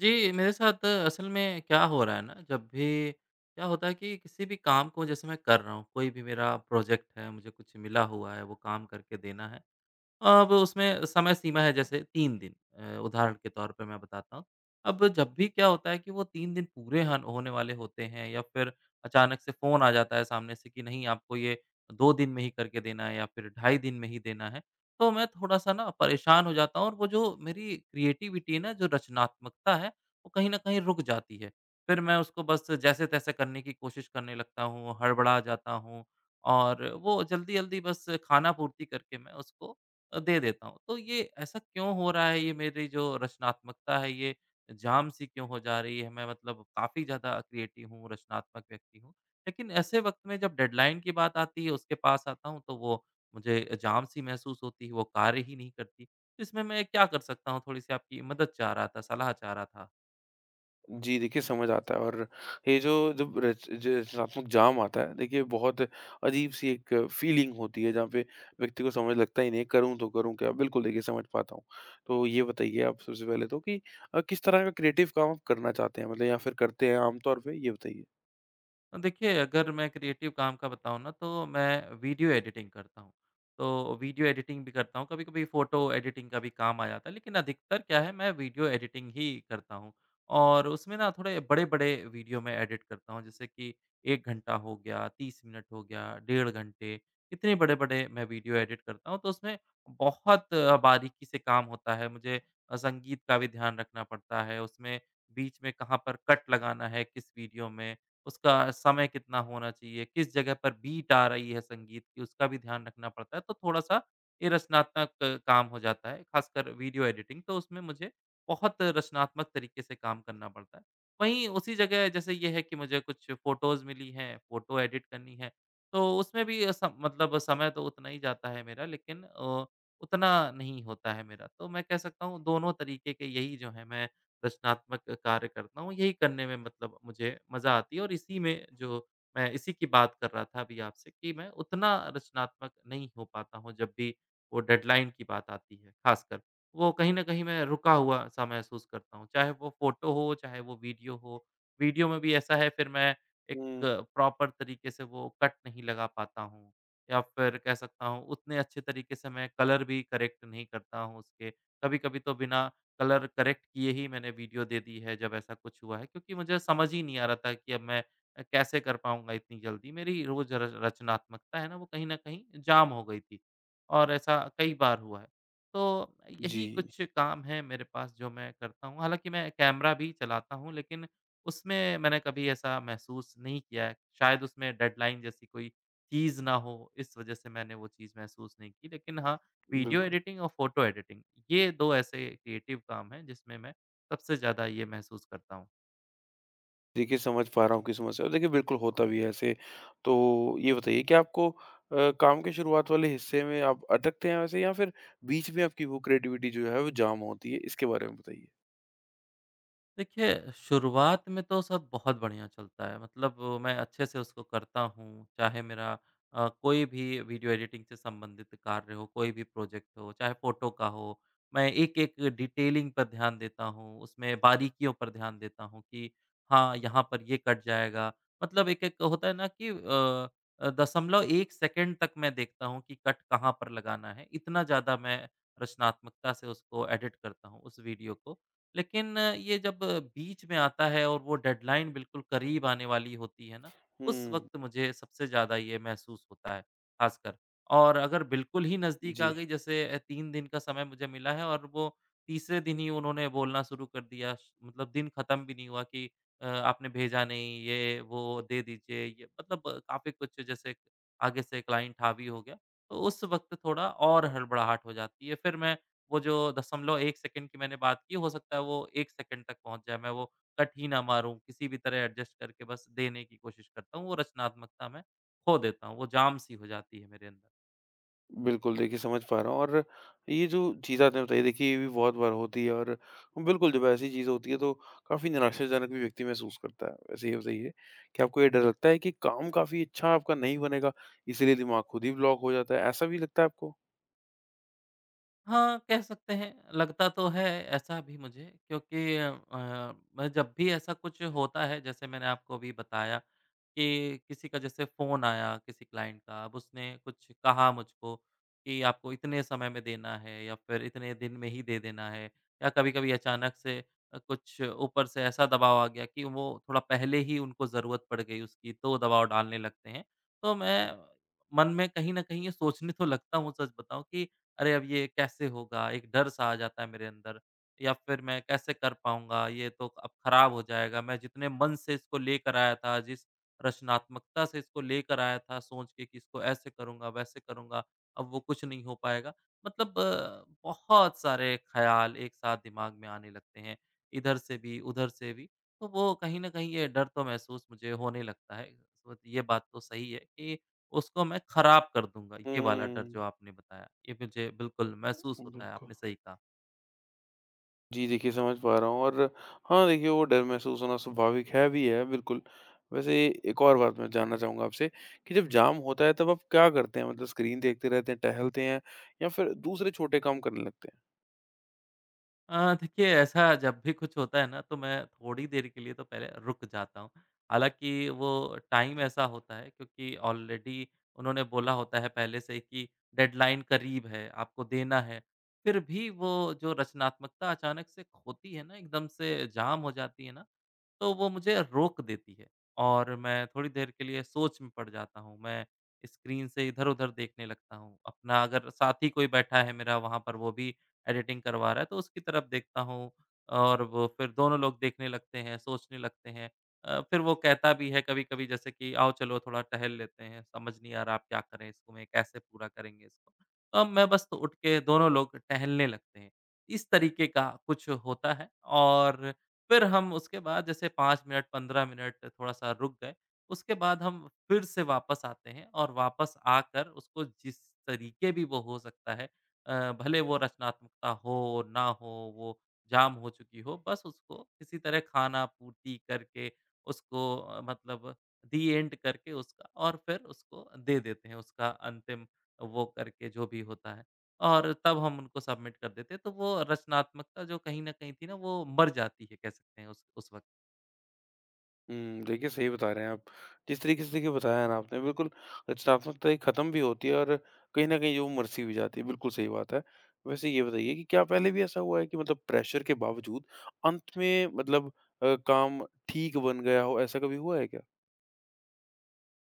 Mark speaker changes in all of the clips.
Speaker 1: जी, मेरे साथ असल में क्या हो रहा है ना, जब भी क्या होता है कि किसी भी काम को जैसे मैं कर रहा हूँ, कोई भी मेरा प्रोजेक्ट है, मुझे कुछ मिला हुआ है, वो काम करके देना है। अब उसमें समय सीमा है जैसे 3 दिन उदाहरण के तौर पे मैं बताता हूँ। अब जब भी क्या होता है कि वो 3 दिन पूरे हन होने वाले होते हैं या फिर अचानक से फ़ोन आ जाता है सामने से कि नहीं आपको ये 2 दिन में ही करके देना है या फिर ढाई दिन में ही देना है। तो मैं थोड़ा-सा ना परेशान हो जाता हूँ और वो जो मेरी क्रिएटिविटी है ना, जो रचनात्मकता है, वो कहीं न कहीं रुक जाती है। फिर मैं उसको बस जैसे-तैसे करने की कोशिश करने लगता हूँ, हड़बड़ा जाता हूँ और वो जल्दी-जल्दी बस खाना पूर्ति करके मैं उसको दे देता हूँ। तो ये ऐसा क्यों हो रहा है, ये मेरी जो रचनात्मकता है ये जाम सी क्यों हो जा रही है, मैं मतलब काफ़ी ज़्यादा क्रिएटिव हूँ, रचनात्मक व्यक्ति हूँ। लेकिन ऐसे वक़्त में जब डेडलाइन की बात आती है, उसके पास आता हूँ तो वो मुझे जाम सी महसूस होती है, वो कार्य ही नहीं करती। तो इसमें मैं क्या कर सकता हूँ? थोड़ी-सी आपकी मदद चाह रहा था, सलाह चाह रहा था।
Speaker 2: जी, देखिए समझ आता है। और ये जो जब रच ज रचनात्मक जाम आता है, देखिए बहुत अजीब-सी एक फ़ीलिंग होती है, जहाँ पे व्यक्ति को समझ लगता ही नहीं है, करूँ तो करूँ क्या? बिल्कुल, देखिए समझ पाता हूँ। तो ये बताइए आप सबसे पहले तो कि किस तरह का क्रिएटिव काम आप करना चाहते हैं? मतलब या फिर करते हैं आम तौर पे, ये बताइए?
Speaker 1: तो देखिए, अगर मैं क्रिएटिव काम का बताऊँ ना तो मैं वीडियो एडिटिंग करता हूँ। तो वीडियो एडिटिंग भी करता हूँ, कभी-कभी फ़ोटो एडिटिंग का भी काम आ जाता है, लेकिन अधिकतर क्या है मैं वीडियो एडिटिंग ही करता हूँ। और उसमें ना थोड़े बड़े-बड़े वीडियो मैं एडिट करता हूँ जैसे कि 1 घंटा हो गया, 30 मिनट हो गया, डेढ़ घंटे, इतने बड़े-बड़े मैं वीडियो एडिट करता हूँ। तो उसमें बहुत बारीकी से काम होता है, मुझे संगीत का भी ध्यान रखना पड़ता है, उसमें बीच में कहाँ पर कट लगाना है, किस वीडियो में उसका समय कितना होना चाहिए, किस जगह पर बीट आ रही है संगीत की, उसका भी ध्यान रखना पड़ता है। तो थोड़ा-सा ये रचनात्मक काम हो जाता है, खासकर वीडियो एडिटिंग, तो उसमें मुझे बहुत रचनात्मक तरीके से काम करना पड़ता है। वहीं उसी जगह जैसे ये है कि मुझे कुछ फ़ोटोज़ मिली हैं, फ़ोटो एडिट करनी है, तो उसमें भी सम मतलब समय तो उतना ही जाता है मेरा, लेकिन उतना नहीं होता है मेरा। तो मैं कह सकता हूँ, दोनों तरीके के यही जो हैं, मैं रचनात्मक कार्य करता हूँ, यही करने में मतलब मुझे मज़ा आती है और इसी में जो मैं इसी की बात कर रहा था अभी आपसे कि मैं उतना रचनात्मक नहीं हो पाता हूँ जब भी वो डेडलाइन की बात आती है ख़ासकर। वो कहीं न कहीं मैं रुका हुआ-सा महसूस करता हूँ, चाहे वो फ़ोटो हो, चाहे वो वीडियो हो। वीडियो में भी ऐसा है फिर मैं एक
Speaker 2: हुँ,
Speaker 1: प्रॉपर तरीके से वो कट नहीं लगा पाता हूँ या फिर कह सकता हूँ उतने अच्छे तरीके से मैं कलर भी करेक्ट नहीं करता हूँ उसके। कभी-कभी तो बिना कलर करेक्ट किए ही मैंने वीडियो दे दी है जब ऐसा कुछ हुआ है क्योंकि मुझे समझ ही नहीं आ रहा था कि अब मैं कैसे कर पाऊँगा इतनी जल्दी। मेरी वो जो र रचनात्मकता है ना वो कहीं न कहीं जाम हो गई थी और ऐसा कई बार हुआ है। तो यही
Speaker 2: जी,
Speaker 1: कुछ काम है मेरे पास जो मैं करता हूँ। हालाँकि मैं कैमरा भी चलाता हूँ लेकिन उसमें मैंने कभी ऐसा महसूस नहीं किया है। शायद उसमें डेडलाइन जैसी कोई चीज़ ना हो इस वज़ह से मैंने वो चीज़ महसूस नहीं की। लेकिन हाँ, वीडियो
Speaker 2: बिल्कुल।
Speaker 1: एडिटिंग और फ़ोटो एडिटिंग, ये 2 ऐसे क्रिएटिव काम हैं जिसमें मैं सबसे ज़्यादा ये महसूस करता हूँ।
Speaker 2: देखिए, समझ पा रहा हूँ आपकी समस्या, और देखिए बिल्कुल होता भी है ऐसे। तो ये बताइए कि आपको काम के शुरुआत वाले हिस्से में आप अटकते हैं वैसे, या फिर बीच में आपकी वो क्रिएटिविटी जो है वो जाम होती है? इसके बारे में बताइए।
Speaker 1: देखिए, शुरुआत में तो सब बहुत बढ़िया चलता है, मतलब मैं अच्छे से उसको करता हूँ, चाहे मेरा कोई भी वीडियो एडिटिंग से संबंधित कार्य हो, कोई भी प्रोजेक्ट हो, चाहे फ़ोटो का हो, मैं एक-एक डिटेलिंग पर ध्यान देता हूँ, उसमें बारीकियों पर ध्यान देता हूँ कि हाँ, यहाँ पर ये कट जाएगा। मतलब एक-एक होता है ना कि दशमलव 1 सेकंड तक मैं देखता हूँ कि कट कहाँ पर लगाना है, इतना ज़्यादा मैं रचनात्मकता से उसको एडिट करता हूँ, उस वीडियो को। लेकिन ये जब बीच में आता है और वो डेडलाइन बिल्कुल करीब आने वाली होती है ना, उस
Speaker 2: हुँ,
Speaker 1: वक़्त मुझे सबसे ज़्यादा ये महसूस होता है, ख़ासकर। और अगर बिल्कुल ही नज़दीक
Speaker 2: जी।
Speaker 1: आ गई जैसे 3 दिन का समय मुझे मिला है और वो तीसरे दिन ही उन्होंने बोलना शुरू कर दिया श मतलब दिन ख़त्म भी नहीं हुआ कि आपने भेजा नहीं, ये वो दे दीजिए, ये मतलब काफ़ी कुछ जैसे आगे से क्लाइंट हावी हो गया। तो उस वक़्त थोड़ा और हड़बड़ाहट हो जाती है। फिर मैं वो जो दशमलव 1 सेकंड की मैंने बात की, हो सकता है वो 1 सेकंड तक पहुँच जाए, मैं वो कट ही ना मारूँ, किसी भी तरह एडजस्ट करके बस देने की कोशिश करता हूँ, वो रचनात्मकता मैं खो देता हूँ, वो जाम-सी हो जाती है मेरे अंदर।
Speaker 2: बिल्कुल, देखिए समझ पा रहा हूँ। और ये जो चीज़ आपने बताई, देखिए ये भी बहुत बार होती है, और बिल्कुल जब ऐसी चीज़ होती है तो काफ़ी निराशाजनक भी व्यक्ति महसूस करता है। वैसे ये बताइए, कि आपको ये डर लगता है कि काम काफ़ी अच्छा आपका नहीं बनेगा, इसीलिए दिमाग खुद ही ब्लॉक हो जाता है, ऐसा भी लगता है आपको?
Speaker 1: हाँ, कह सकते हैं। लगता तो है ऐसा भी मुझे क्योंकि मैं जब भी ऐसा कुछ होता है जैसे मैंने आपको अभी बताया कि किसी का जैसे फ़ोन आया किसी क्लाइंट का, अब उसने कुछ कहा मुझको कि आपको इतने समय में देना है या फिर इतने दिन में ही दे देना है या कभी-कभी अचानक से कुछ ऊपर से ऐसा दबाव आ गया कि वो थोड़ा पहले ही उनको ज़रूरत पड़ गई उसकी तो दबाव डालने लगते हैं। तो मैं मन में कहीं न कहीं ये सोचने तो लगता हूँ सच बताऊँ कि अरे! अब ये कैसे होगा? एक डर-सा आ जाता है मेरे अंदर या फिर मैं कैसे कर पाऊँगा? ये तो अब खराब हो जाएगा। मैं जितने मन से इसको लेकर आया था, जिस रचनात्मकता से इसको लेकर आया था सोच के कि इसको ऐसे करूँगा, वैसे करूँगा, अब वो कुछ नहीं हो पाएगा। मतलब बहुत सारे ख़्याल एक साथ दिमाग में आने लगते हैं, इधर से भी, उधर से भी। तो वो कहीं न कहीं ये डर तो महसूस मुझे होने लगता है। तो ये बात तो सही है कि उसको मैं खराब कर दूँगा, ये वाला डर
Speaker 2: हुँ।
Speaker 1: जो आपने बताया, ये मुझे बिल्कुल महसूस होता है,
Speaker 2: बिल्कुल।
Speaker 1: आपने सही कहा।
Speaker 2: जी, देखिए समझ पा रहा हूँ। और हाँ, देखिए वो डर महसूस होना स्वाभाविक है भी है, बिल्कुल। वैसे एक और बात मैं जानना चाहूँगा आपसे, कि जब जाम होता है तब आप क्या करते हैं? मतलब स्क्रीन देखते रहते हैं, टहलते हैं, या फिर दूसरे छोटे काम करने लगते हैं?
Speaker 1: देखिए ऐसा जब भी कुछ होता है ना तो मैं थोड़ी देर के लिए तो पहले रुक जाता हूँ। हालाँकि वो टाइम ऐसा होता है क्योंकि ऑलरेडी उन्होंने बोला होता है पहले से ही कि डेडलाइन करीब है, आपको देना है। फिर भी वो जो रचनात्मकता अचानक से खोती है ना, एकदम से जाम हो जाती है ना तो वो मुझे रोक देती है और मैं थोड़ी देर के लिए सोच में पड़ जाता हूँ। मैं स्क्रीन से इधर-उधर देखने लगता हूँ। अपना अगर साथी कोई बैठा है मेरा वहाँ पर वो भी एडिटिंग करवा रहा है तो उसकी तरफ देखता हूँ और वो फिर दोनों लोग देखने लगते हैं, सोचने लगते हैं। फिर वो कहता भी है कभी-कभी जैसे कि आओ चलो थोड़ा टहल लेते हैं, समझ नहीं आ रहा आप क्या करें इसको में, कैसे पूरा करेंगे इसको। तो अब मैं बस तो उठ के दोनों लोग टहलने लगते हैं। इस तरीके का कुछ होता है और फिर हम उसके बाद जैसे 5 मिनट, 15 मिनट थोड़ा-सा रुक गए, उसके बाद हम फिर से वापस आते हैं और वापस आकर उसको जिस तरीके भी वो हो सकता है भले वो रचनात्मकता हो, ना हो, वो जाम हो चुकी हो, बस उसको किसी तरह खाना-पूर्ति करके उसको मतलब दी एंड करके उसका और फिर उसको दे देते हैं, उसका अंतिम वो करके जो भी होता है। और तब हम उनको सबमिट कर देते। तो वो रचनात्मकता जो कहीं न कहीं थी ना, वो मर जाती है कह सकते हैं उस वक़्त।
Speaker 2: हुँ, देखिए सही बता रहे हैं आप। जिस तरीके से देखिए बताया ना आपने, बिल्कुल रचनात्मकता एक ख़त्म भी होती है, और कहीं न कहीं वो मरसी भी जाती है, बिल्कुल सही बात है। वैसे ये बताइए, कि क्या पहले भी ऐसा हुआ है कि मतलब प्रेशर के बावजूद अंत में, मतलब काम ठीक बन गया हो, ऐसा कभी हुआ है क्या?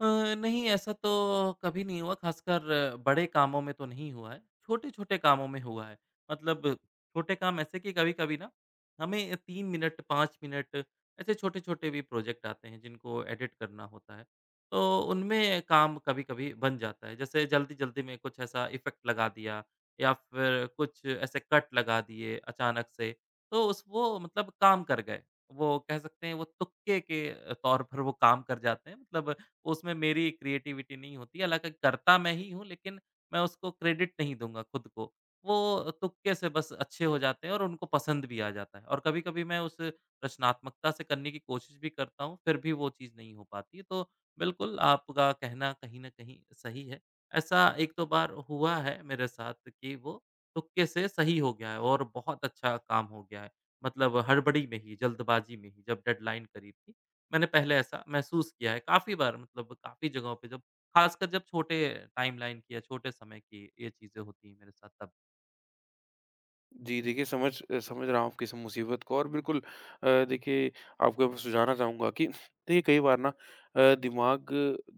Speaker 1: अ, नहीं ऐसा तो कभी नहीं हुआ ख़ासकर बड़े कामों में तो नहीं हुआ है, छोटे-छोटे कामों में हुआ है। मतलब छोटे काम ऐसे कि कभी-कभी ना हमें 3 मिनट, 5 मिनट ऐसे छोटे-छोटे भी प्रोजेक्ट आते हैं जिनको एडिट करना होता है। तो उनमें काम कभी-कभी बन जाता है। जैसे जल्दी-जल्दी में कुछ ऐसा इफ़ेक्ट लगा दिया या फिर कुछ ऐसे कट लगा दिए अचानक से, तो उस वो मतलब काम कर गए। वो कह सकते हैं वो तुक्के के तौर पर वो काम कर जाते हैं। मतलब उसमें मेरी क्रिएटिविटी नहीं होती। हालाँकि करता मैं ही हूँ, लेकिन मैं उसको क्रेडिट नहीं दूँगा खुद को। वो तुक्के से बस अच्छे हो जाते हैं और उनको पसंद भी आ जाता है और कभी-कभी मैं उस रचनात्मकता से करने की कोशिश भी करता हूँ, फिर भी वो चीज़ नहीं हो पाती। तो बिल्कुल, आपका कहना कहीं न कहीं सही है। ऐसा एक दो बार हुआ है मेरे साथ कि वो तुक्के से सही हो गया है और बहुत अच्छा काम हो गया है। मतलब हड़बड़ी में ही, जल्दबाजी में ही, जब डेडलाइन करीब थी। मैंने पहले ऐसा महसूस किया है काफ़ी बार मतलब काफ़ी जगहों पे जब ख़ासकर जब छोटे टाइमलाइन की या छोटे समय की ये चीज़ें होती हैं मेरे साथ तब।
Speaker 2: जी, देखिए समझ रहा हूँ आपकी इस मुसीबत को, और बिल्कुल देखिए आपको मैं सुझाना चाहूँगा कि देखिए कई बार ना दिमाग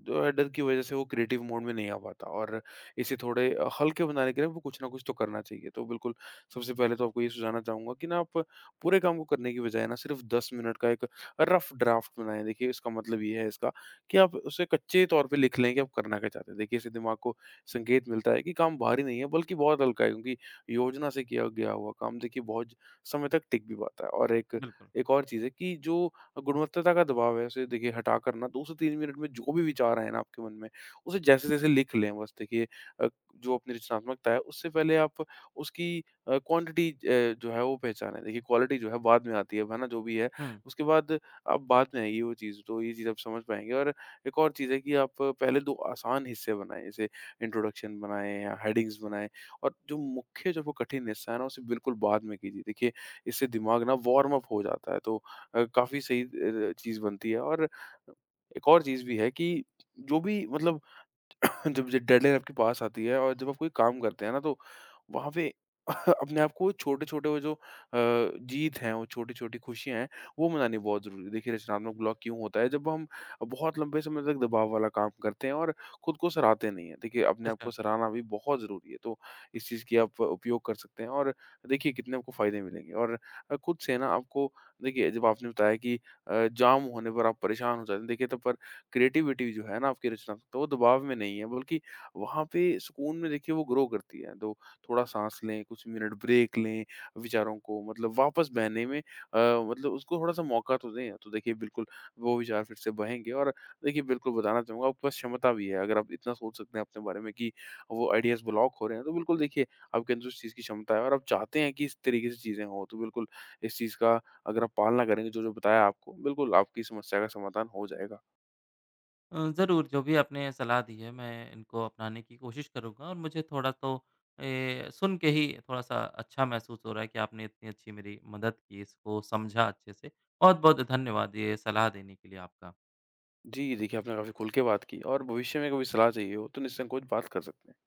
Speaker 2: जो है डर की वज़ह से वो क्रिएटिव मोड में नहीं आ पाता, और इसे थोड़े हल्के बनाने के लिए आपको कुछ ना कुछ तो करना चाहिए। तो बिल्कुल, सबसे पहले तो आपको ये सुझाना चाहूँगा कि ना आप पूरे काम को करने की बजाय ना सिर्फ़ 10 मिनट का एक रफ़ ड्राफ्ट बनाएँ। देखिए, इसका मतलब ये है इसका कि आप उसे कच्चे तौर पे लिख लें कि आप करना क्या चाहते हैं। देखिए, इससे दिमाग को संकेत मिलता है कि काम भारी नहीं है, बल्कि बहुत हल्का है, क्योंकि योजना से किया गया हुआ काम देखिए बहुत समय तक टिक भी पाता है। और एक
Speaker 1: बिल्कुल।
Speaker 2: एक और चीज़ है कि जो गुणवत्ता का दबाव है, उसे देखिए हटा कर ना 2 से 3 मिनट में जो भी विचार आए ना आपके मन में, उसे जैसे-जैसे लिख लें बस। देखिए अ, जो अपनी रचनात्मकता है उससे पहले आप उसकी क्वांटिटी जो है वो पहचानें। देखिए, क्वालिटी जो है बाद में आती है ना? जो भी है,
Speaker 1: हुँ,
Speaker 2: उसके बाद आप, बाद में आएगी वो चीज़, तो ये चीज़ आप समझ पाएँगे। और एक और चीज़ है, कि आप पहले 2 आसान हिस्से बनाएँ, जैसे इंट्रोडक्शन बनाएँ या हेडिंग्स बनाएँ। और जो मुख्य जो वो कठिन हिस्सा है ना, उसे बिल्कुल बाद में कीजिए। देखिए, इससे दिमाग ना वार्म अप हो जाता है, तो काफ़ी सही चीज़ बनती है। और एक और चीज़ भी है, कि जो भी मतलब जब जब डेडलाइन आपके पास आती है और जब आप कोई काम करते हैं ना, तो वहाँ पे अपने आप को छोटे-छोटे वो जो जीत हैं, वो छोटी-छोटी खुशियाँ हैं, वो मनानी बहुत ज़रूरी है। देखिए, रचनात्मक ब्लॉक क्यों होता है? जब हम बहुत लंबे समय तक दबाव वाला काम करते हैं और खुद को सराहते नहीं हैं। देखिए, अपने आप को
Speaker 1: अच्छा।
Speaker 2: सराहना भी बहुत ज़रूरी है, तो इस चीज़ की आप उपयोग कर सकते हैं, और देखिए कितने आपको फ़ायदे मिलेंगे। और खुद से ना आपको, देखिए जब आपने बताया कि जाम होने पर आप परेशान हो जाते हैं, देखिए तब पर क्रिएटिविटी जो है ना आपकी, रचनात्मकता वो दबाव में नहीं है, बल्कि वहाँ पे सुकून में देखिए वो ग्रो करती है। तो थोड़ा साँस लें, कुछ मिनट ब्रेक लें, विचारों को मतलब वापस बहने में, मतलब उसको थोड़ा-सा मौका तो दें। तो देखिए बिल्कुल, वो विचार फिर से बहेंगे। और देखिए, बिल्कुल बताना चाहूँगा आपके पास क्षमता भी है। अगर आप इतना सोच सकते हैं अपने बारे में कि वो आइडियाज़ ब्लॉक हो रहे हैं, तो बिल्कुल देखिए आपके अंदर उस चीज़ की क्षमता है और आप चाहते हैं कि इस तरीके से चीज़ें हों। तो बिल्कुल, इस चीज़ का अगर आप पालना करेंगे जो-जो बताया आपको, बिल्कुल आपकी समस्या का समाधान हो जाएगा।
Speaker 1: ज़रूर जो भी आपने सलाह दी है मैं इनको अपनाने की कोशिश करूँगा और मुझे थोड़ा तो सुन के ही थोड़ा-सा अच्छा महसूस हो रहा है कि आपने इतनी अच्छी मेरी मदद की, इसको समझा अच्छे से। बहुत-बहुत धन्यवाद ये सलाह देने के लिए आपका।
Speaker 2: जी, देखिए आपने काफ़ी खुल के बात की, और भविष्य में कभी सलाह चाहिए हो तो निसंकोच बात कर सकते हैं।